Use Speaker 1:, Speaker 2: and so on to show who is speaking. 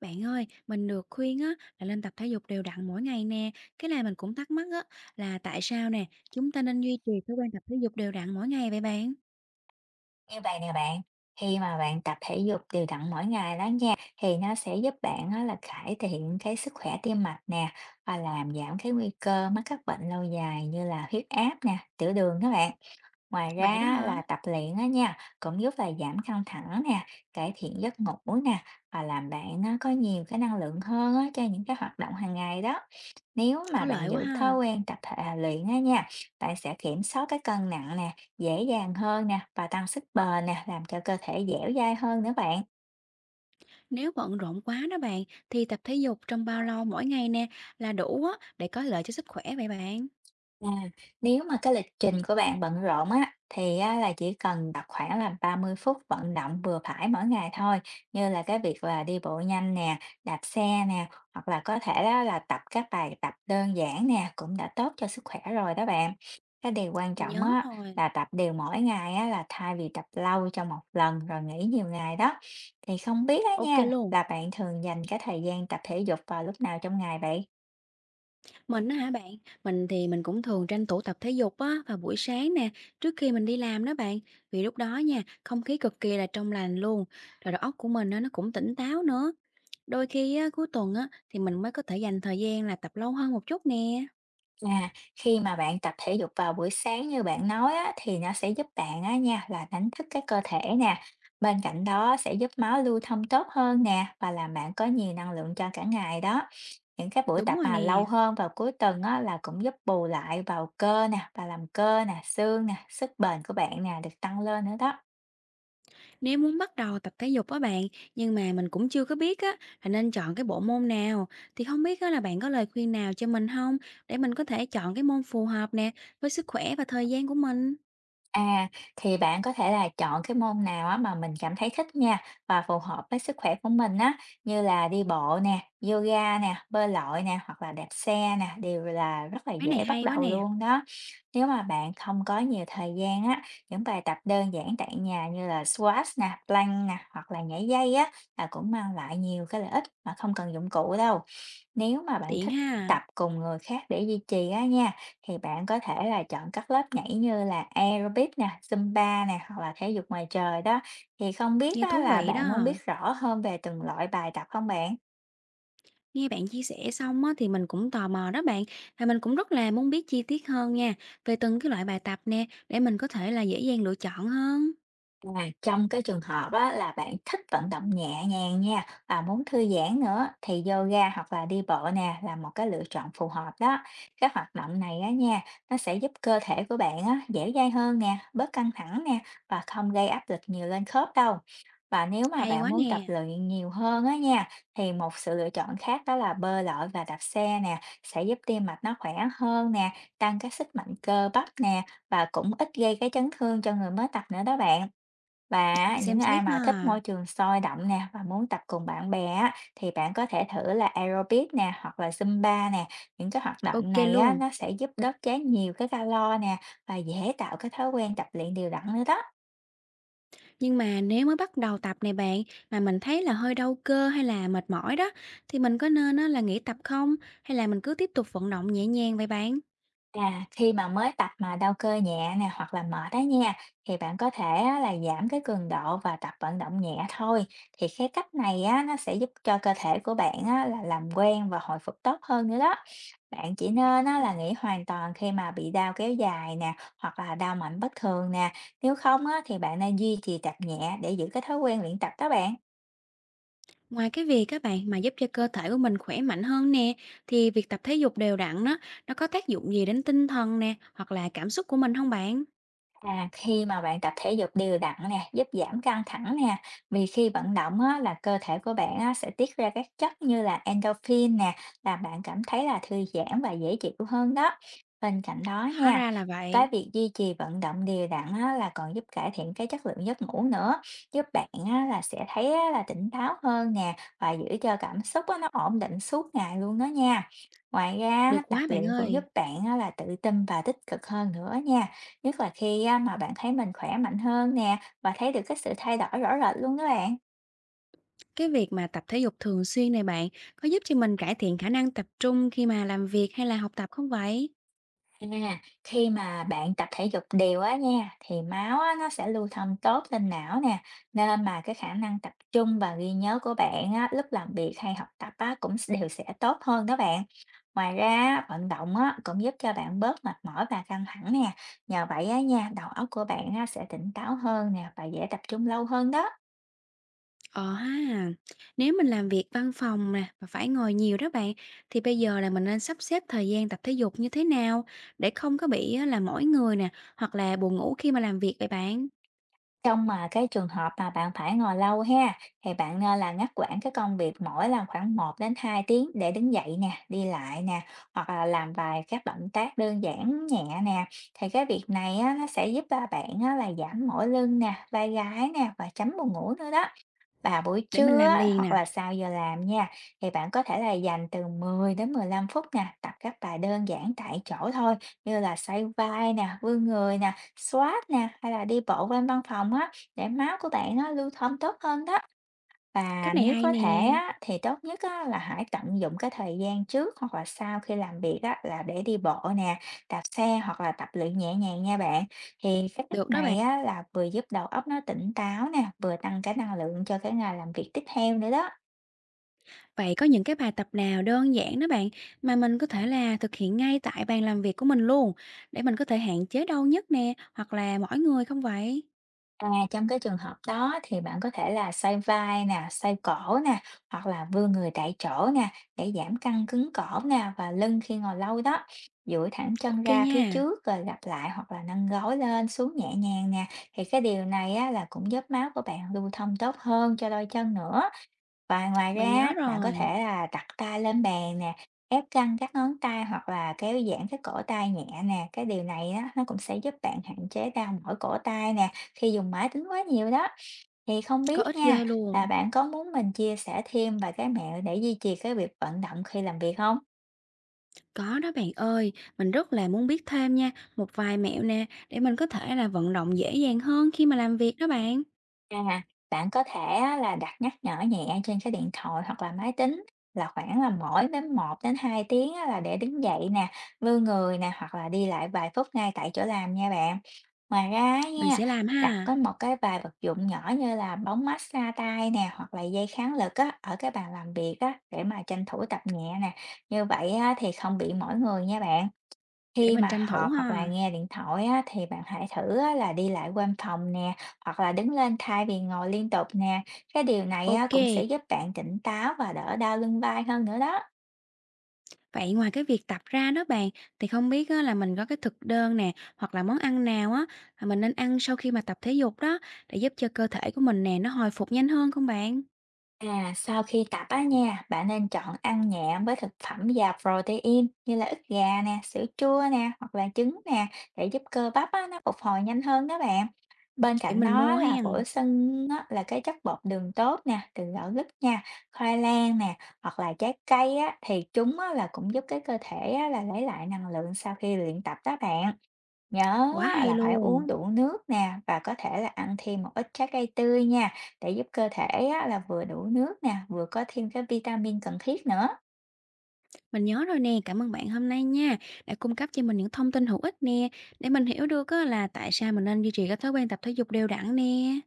Speaker 1: Bạn ơi, mình được khuyên á là nên tập thể dục đều đặn mỗi ngày nè. Cái này mình cũng thắc mắc á là tại sao nè, chúng ta nên duy trì thói quen tập thể dục đều đặn mỗi ngày vậy bạn?
Speaker 2: Như vậy nè bạn, khi mà bạn tập thể dục đều đặn mỗi ngày đó nha, thì nó sẽ giúp bạn á là cải thiện cái sức khỏe tim mạch nè, và làm giảm cái nguy cơ mắc các bệnh lâu dài như là huyết áp nè, tiểu đường các bạn. Ngoài ra
Speaker 1: Vậy đó
Speaker 2: á
Speaker 1: hả?
Speaker 2: là tập luyện á nha, cũng giúp là giảm căng thẳng nè, cải thiện giấc ngủ nè, và làm bạn nó có nhiều cái năng lượng hơn á cho những cái hoạt động hàng ngày đó. Nếu mà
Speaker 1: Có lợi
Speaker 2: bạn
Speaker 1: quá
Speaker 2: giữ thói
Speaker 1: ha.
Speaker 2: quen luyện á nha, bạn sẽ kiểm soát cái cân nặng nè, dễ dàng hơn nè và tăng sức bền nè, làm cho cơ thể dẻo dai hơn nữa bạn.
Speaker 1: Nếu bận rộn quá đó bạn thì tập thể dục trong bao lâu mỗi ngày nè là đủ á để có lợi cho sức khỏe vậy bạn?
Speaker 2: À, nếu mà cái lịch trình của bạn bận rộn á, thì á, là chỉ cần tập khoảng là 30 phút vận động vừa phải mỗi ngày thôi, như là cái việc là đi bộ nhanh nè, đạp xe nè, hoặc là có thể á, là tập các bài tập đơn giản nè, cũng đã tốt cho sức khỏe rồi đó bạn. Cái điều quan
Speaker 1: Mình
Speaker 2: trọng
Speaker 1: nhớ
Speaker 2: á,
Speaker 1: rồi.
Speaker 2: là tập đều mỗi ngày á, là thay vì tập lâu trong một lần rồi nghỉ nhiều ngày đó. Thì không biết á
Speaker 1: Ok
Speaker 2: nha,
Speaker 1: luôn.
Speaker 2: là bạn thường dành cái thời gian tập thể dục vào lúc nào trong ngày vậy?
Speaker 1: Mình á hả bạn, mình thì mình cũng thường tranh thủ tập thể dục á vào buổi sáng nè, trước khi mình đi làm đó bạn. Vì lúc đó nha, không khí cực kỳ là trong lành luôn. Rồi đầu óc của mình á nó cũng tỉnh táo nữa. Đôi khi á cuối tuần á thì mình mới có thể dành thời gian là tập lâu hơn một chút nè.
Speaker 2: À, khi mà bạn tập thể dục vào buổi sáng như bạn nói á, thì nó sẽ giúp bạn á nha là đánh thức cái cơ thể nè. Bên cạnh đó sẽ giúp máu lưu thông tốt hơn nè và làm bạn có nhiều năng lượng cho cả ngày đó. Những cái buổi
Speaker 1: Đúng
Speaker 2: tập
Speaker 1: rồi
Speaker 2: mà
Speaker 1: nè.
Speaker 2: lâu hơn vào cuối tuần á, là cũng giúp bù lại vào cơ nè và làm cơ nè, xương nè, sức bền của bạn nè được tăng lên nữa đó.
Speaker 1: Nếu muốn bắt đầu tập thể dục á bạn, nhưng mà mình cũng chưa có biết á là nên chọn cái bộ môn nào thì không biết á là bạn có lời khuyên nào cho mình không, để mình có thể chọn cái môn phù hợp nè với sức khỏe và thời gian của mình.
Speaker 2: À, thì bạn có thể là chọn cái môn nào á mà mình cảm thấy thích nha và phù hợp với sức khỏe của mình á như là đi bộ nè, yoga nè, bơi lội nè hoặc là đạp xe nè đều là rất là
Speaker 1: Cái này
Speaker 2: dễ bắt
Speaker 1: hay quá
Speaker 2: đầu
Speaker 1: nè.
Speaker 2: luôn đó. Nếu mà bạn không có nhiều thời gian á, những bài tập đơn giản tại nhà như là squat nè, plank nè hoặc là nhảy dây á là cũng mang lại nhiều cái lợi ích mà không cần dụng cụ đâu. Nếu mà bạn
Speaker 1: Tiện
Speaker 2: thích
Speaker 1: ha,
Speaker 2: tập cùng người khác để duy trì á nha thì bạn có thể là chọn các lớp nhảy như là aerobic nè, Zumba nè, hoặc là thể dục ngoài trời đó. Thì không biết
Speaker 1: nghe
Speaker 2: á,
Speaker 1: thú
Speaker 2: là
Speaker 1: vị
Speaker 2: bạn muốn
Speaker 1: đó.
Speaker 2: biết rõ hơn về từng loại bài tập không bạn?
Speaker 1: Nghe bạn chia sẻ xong á, thì mình cũng tò mò đó bạn. Và mình cũng rất là muốn biết chi tiết hơn nha, về từng cái loại bài tập nè, để mình có thể là dễ dàng lựa chọn hơn.
Speaker 2: À, trong cái trường hợp á, là bạn thích vận động nhẹ nhàng nha và muốn thư giãn nữa thì yoga hoặc là đi bộ nè là một cái lựa chọn phù hợp đó. Các hoạt động này á nha, nó sẽ giúp cơ thể của bạn á, dẻo dai hơn nè, bớt căng thẳng nè và không gây áp lực nhiều lên khớp đâu. Và nếu mà
Speaker 1: Hay
Speaker 2: bạn
Speaker 1: quá
Speaker 2: muốn tập
Speaker 1: nè,
Speaker 2: luyện nhiều hơn á nha thì một sự lựa chọn khác đó là bơi lội và đạp xe nè sẽ giúp tim mạch nó khỏe hơn nè, tăng cái sức mạnh cơ bắp nè và cũng ít gây cái chấn thương cho người mới tập nữa đó bạn. Và
Speaker 1: để mình
Speaker 2: á, những
Speaker 1: xem
Speaker 2: ai
Speaker 1: xét
Speaker 2: mà thích
Speaker 1: ha.
Speaker 2: môi trường sôi động nè và muốn tập cùng bạn bè á, thì bạn có thể thử là aerobic nè hoặc là Zumba nè. Những cái hoạt động
Speaker 1: Ok
Speaker 2: này á,
Speaker 1: luôn.
Speaker 2: nó sẽ giúp đốt cháy nhiều cái calo nè và dễ tạo cái thói quen tập luyện đều đặn nữa đó.
Speaker 1: Nhưng mà nếu mới bắt đầu tập này bạn, mà mình thấy là hơi đau cơ hay là mệt mỏi đó, thì mình có nên á, là nghỉ tập không, hay là mình cứ tiếp tục vận động nhẹ nhàng vậy bạn?
Speaker 2: À, khi mà mới tập mà đau cơ nhẹ nè hoặc là mệt đó nha thì bạn có thể á, là giảm cái cường độ và tập vận động nhẹ thôi thì cái cách này á, nó sẽ giúp cho cơ thể của bạn á, là làm quen và hồi phục tốt hơn nữa đó. Bạn chỉ nên á, là nghỉ hoàn toàn khi mà bị đau kéo dài nè, hoặc là đau mạnh bất thường nè. Nếu không á, thì bạn nên duy trì tập nhẹ để giữ cái thói quen luyện tập đó bạn.
Speaker 1: Ngoài cái việc các bạn mà giúp cho cơ thể của mình khỏe mạnh hơn nè, thì việc tập thể dục đều đặn đó, nó có tác dụng gì đến tinh thần nè, hoặc là cảm xúc của mình không bạn?
Speaker 2: À, khi mà bạn tập thể dục đều đặn nè, giúp giảm căng thẳng nè, vì khi vận động á, là cơ thể của bạn á, sẽ tiết ra các chất như là endorphin nè, làm bạn cảm thấy là thư giãn và dễ chịu hơn đó. Bên cạnh đó
Speaker 1: Hóa
Speaker 2: nha,
Speaker 1: ra là
Speaker 2: cái
Speaker 1: vậy,
Speaker 2: việc duy trì vận động đều đặn á, là còn giúp cải thiện cái chất lượng giấc ngủ nữa, giúp bạn á, là sẽ thấy á, là tỉnh táo hơn nè và giữ cho cảm xúc á, nó ổn định suốt ngày luôn đó nha. Ngoài ra,
Speaker 1: được
Speaker 2: tập
Speaker 1: quá bạn
Speaker 2: luyện cũng giúp
Speaker 1: ơi.
Speaker 2: bạn á, là tự tin và tích cực hơn nữa nha. Nhất là khi á, mà bạn thấy mình khỏe mạnh hơn nè và thấy được cái sự thay đổi rõ rệt luôn đó bạn.
Speaker 1: Cái việc mà tập thể dục thường xuyên này bạn, có giúp cho mình cải thiện khả năng tập trung khi mà làm việc hay là học tập không vậy?
Speaker 2: À, khi mà bạn tập thể dục đều á nha thì máu á, nó sẽ lưu thông tốt lên não nè nên mà cái khả năng tập trung và ghi nhớ của bạn á, lúc làm việc hay học tập á, cũng đều sẽ tốt hơn đó bạn. Ngoài ra á, vận động á, cũng giúp cho bạn bớt mệt mỏi và căng thẳng nè. Nhờ vậy á nha đầu óc của bạn á, sẽ tỉnh táo hơn nè và dễ tập trung lâu hơn đó.
Speaker 1: Ờ ha, nếu mình làm việc văn phòng nè và phải ngồi nhiều đó bạn, thì bây giờ là mình nên sắp xếp thời gian tập thể dục như thế nào để không có bị á là mỏi người nè, hoặc là buồn ngủ khi mà làm việc vậy bạn?
Speaker 2: Trong mà cái trường hợp mà bạn phải ngồi lâu ha, thì bạn nên là ngắt quãng cái công việc mỗi lần khoảng 1 đến 2 tiếng để đứng dậy nè, đi lại nè, hoặc là làm vài các động tác đơn giản nhẹ nè. Thì cái việc này á, nó sẽ giúp à, bạn á, là giảm mỏi lưng nè, vai gáy nè và tránh buồn ngủ nữa đó. Vào buổi
Speaker 1: Để mình
Speaker 2: trưa
Speaker 1: làm
Speaker 2: á,
Speaker 1: liền
Speaker 2: hoặc
Speaker 1: nè,
Speaker 2: là sau giờ làm nha, thì bạn có thể là dành từ 10 đến 15 phút nè, tập các bài đơn giản tại chỗ thôi, như là xoay vai nè, vươn người nè, squat nè, hay là đi bộ quanh văn phòng á, để máu của bạn nó lưu thông tốt hơn đó. Và
Speaker 1: cách này
Speaker 2: nếu
Speaker 1: hay
Speaker 2: có
Speaker 1: nè,
Speaker 2: thể á, thì tốt nhất á, là hãy tận dụng cái thời gian trước hoặc là sau khi làm việc á, là để đi bộ nè, đạp xe hoặc là tập luyện nhẹ nhàng nha bạn. Thì cái cách
Speaker 1: được đó bạn.
Speaker 2: này á, là vừa giúp đầu óc nó tỉnh táo nè, vừa tăng cái năng lượng cho cái ngày làm việc tiếp theo nữa đó.
Speaker 1: Vậy có những cái bài tập nào đơn giản đó bạn, mà mình có thể là thực hiện ngay tại bàn làm việc của mình luôn, để mình có thể hạn chế đau nhức nè, hoặc là mỏi người không vậy?
Speaker 2: À, trong cái trường hợp đó thì bạn có thể là xoay vai nè, xoay cổ nè, hoặc là vươn người tại chỗ nè, để giảm căng cứng cổ nè và lưng khi ngồi lâu đó. Duỗi thẳng chân
Speaker 1: Ok
Speaker 2: ra
Speaker 1: nha,
Speaker 2: phía trước rồi lặp lại hoặc là nâng gối lên xuống nhẹ nhàng nè. Thì cái điều này á, là cũng giúp máu của bạn lưu thông tốt hơn cho đôi chân nữa. Và ngoài
Speaker 1: mình
Speaker 2: ra
Speaker 1: nhớ
Speaker 2: bạn có
Speaker 1: rồi,
Speaker 2: thể là đặt tay lên bàn nè, ép căng các ngón tay hoặc là kéo giãn cái cổ tay nhẹ nè. Cái điều này á, nó cũng sẽ giúp bạn hạn chế đau mỏi cổ tay nè khi dùng máy tính quá nhiều đó. Thì không
Speaker 1: có
Speaker 2: biết
Speaker 1: ích
Speaker 2: nha,
Speaker 1: ghê
Speaker 2: là
Speaker 1: luôn.
Speaker 2: bạn có muốn mình chia sẻ thêm vài cái mẹo để duy trì cái việc vận động khi làm việc không?
Speaker 1: Có đó bạn ơi, mình rất là muốn biết thêm nha, một vài mẹo nè, để mình có thể là vận động dễ dàng hơn khi mà làm việc đó bạn.
Speaker 2: À, bạn có thể á là đặt nhắc nhở nhẹ trên cái điện thoại hoặc là máy tính là khoảng là mỗi đến 1 đến 2 tiếng á là để đứng dậy nè, vươn người nè hoặc là đi lại vài phút ngay tại chỗ làm nha bạn. Ngoài ra á
Speaker 1: Mình
Speaker 2: nha,
Speaker 1: sẽ làm
Speaker 2: đặt
Speaker 1: ha,
Speaker 2: có một cái vài vật dụng nhỏ như là bóng massage tay nè hoặc là dây kháng lực á ở cái bàn làm việc á để mà tranh thủ tập nhẹ nè. Như vậy á thì không bị mỏi người nha bạn.
Speaker 1: để
Speaker 2: Khi
Speaker 1: mình
Speaker 2: mà
Speaker 1: tranh thủ
Speaker 2: họp hoặc là
Speaker 1: ha.
Speaker 2: nghe điện thoại á, thì bạn hãy thử á, là đi lại quanh phòng nè, hoặc là đứng lên thay vì ngồi liên tục nè. Cái điều này á, cũng sẽ
Speaker 1: Ok.
Speaker 2: giúp bạn tỉnh táo và đỡ đau lưng vai hơn nữa đó.
Speaker 1: Vậy ngoài cái việc tập ra đó bạn, thì không biết á là mình có cái thực đơn nè, hoặc là món ăn nào á, mà mình nên ăn sau khi mà tập thể dục đó, để giúp cho cơ thể của mình nè, nó hồi phục nhanh hơn không bạn?
Speaker 2: À, sau khi tập á nha, bạn nên chọn ăn nhẹ với thực phẩm giàu protein như là ức gà nè, sữa chua nè, hoặc là trứng nè để giúp cơ bắp á, nó phục hồi nhanh hơn đó bạn. Bên
Speaker 1: Để
Speaker 2: cạnh
Speaker 1: mình
Speaker 2: đó
Speaker 1: mua
Speaker 2: là bổ
Speaker 1: hen,
Speaker 2: sung á, là cái chất bột đường tốt nè, từ gạo lứt nha, khoai lang nè, hoặc là trái cây á, thì chúng á, là cũng giúp cái cơ thể á, là lấy lại năng lượng sau khi luyện tập đó bạn. Nhớ
Speaker 1: quá
Speaker 2: á
Speaker 1: hay
Speaker 2: là phải uống
Speaker 1: luôn.
Speaker 2: đủ nước nè và có thể là ăn thêm một ít trái cây tươi nha để giúp cơ thể á là vừa đủ nước nè, vừa có thêm cái vitamin cần thiết nữa.
Speaker 1: Mình nhớ rồi nè, cảm ơn bạn hôm nay nha, đã cung cấp cho mình những thông tin hữu ích nè, để mình hiểu được á là tại sao mình nên duy trì cái thói quen tập thể dục đều đặn nè.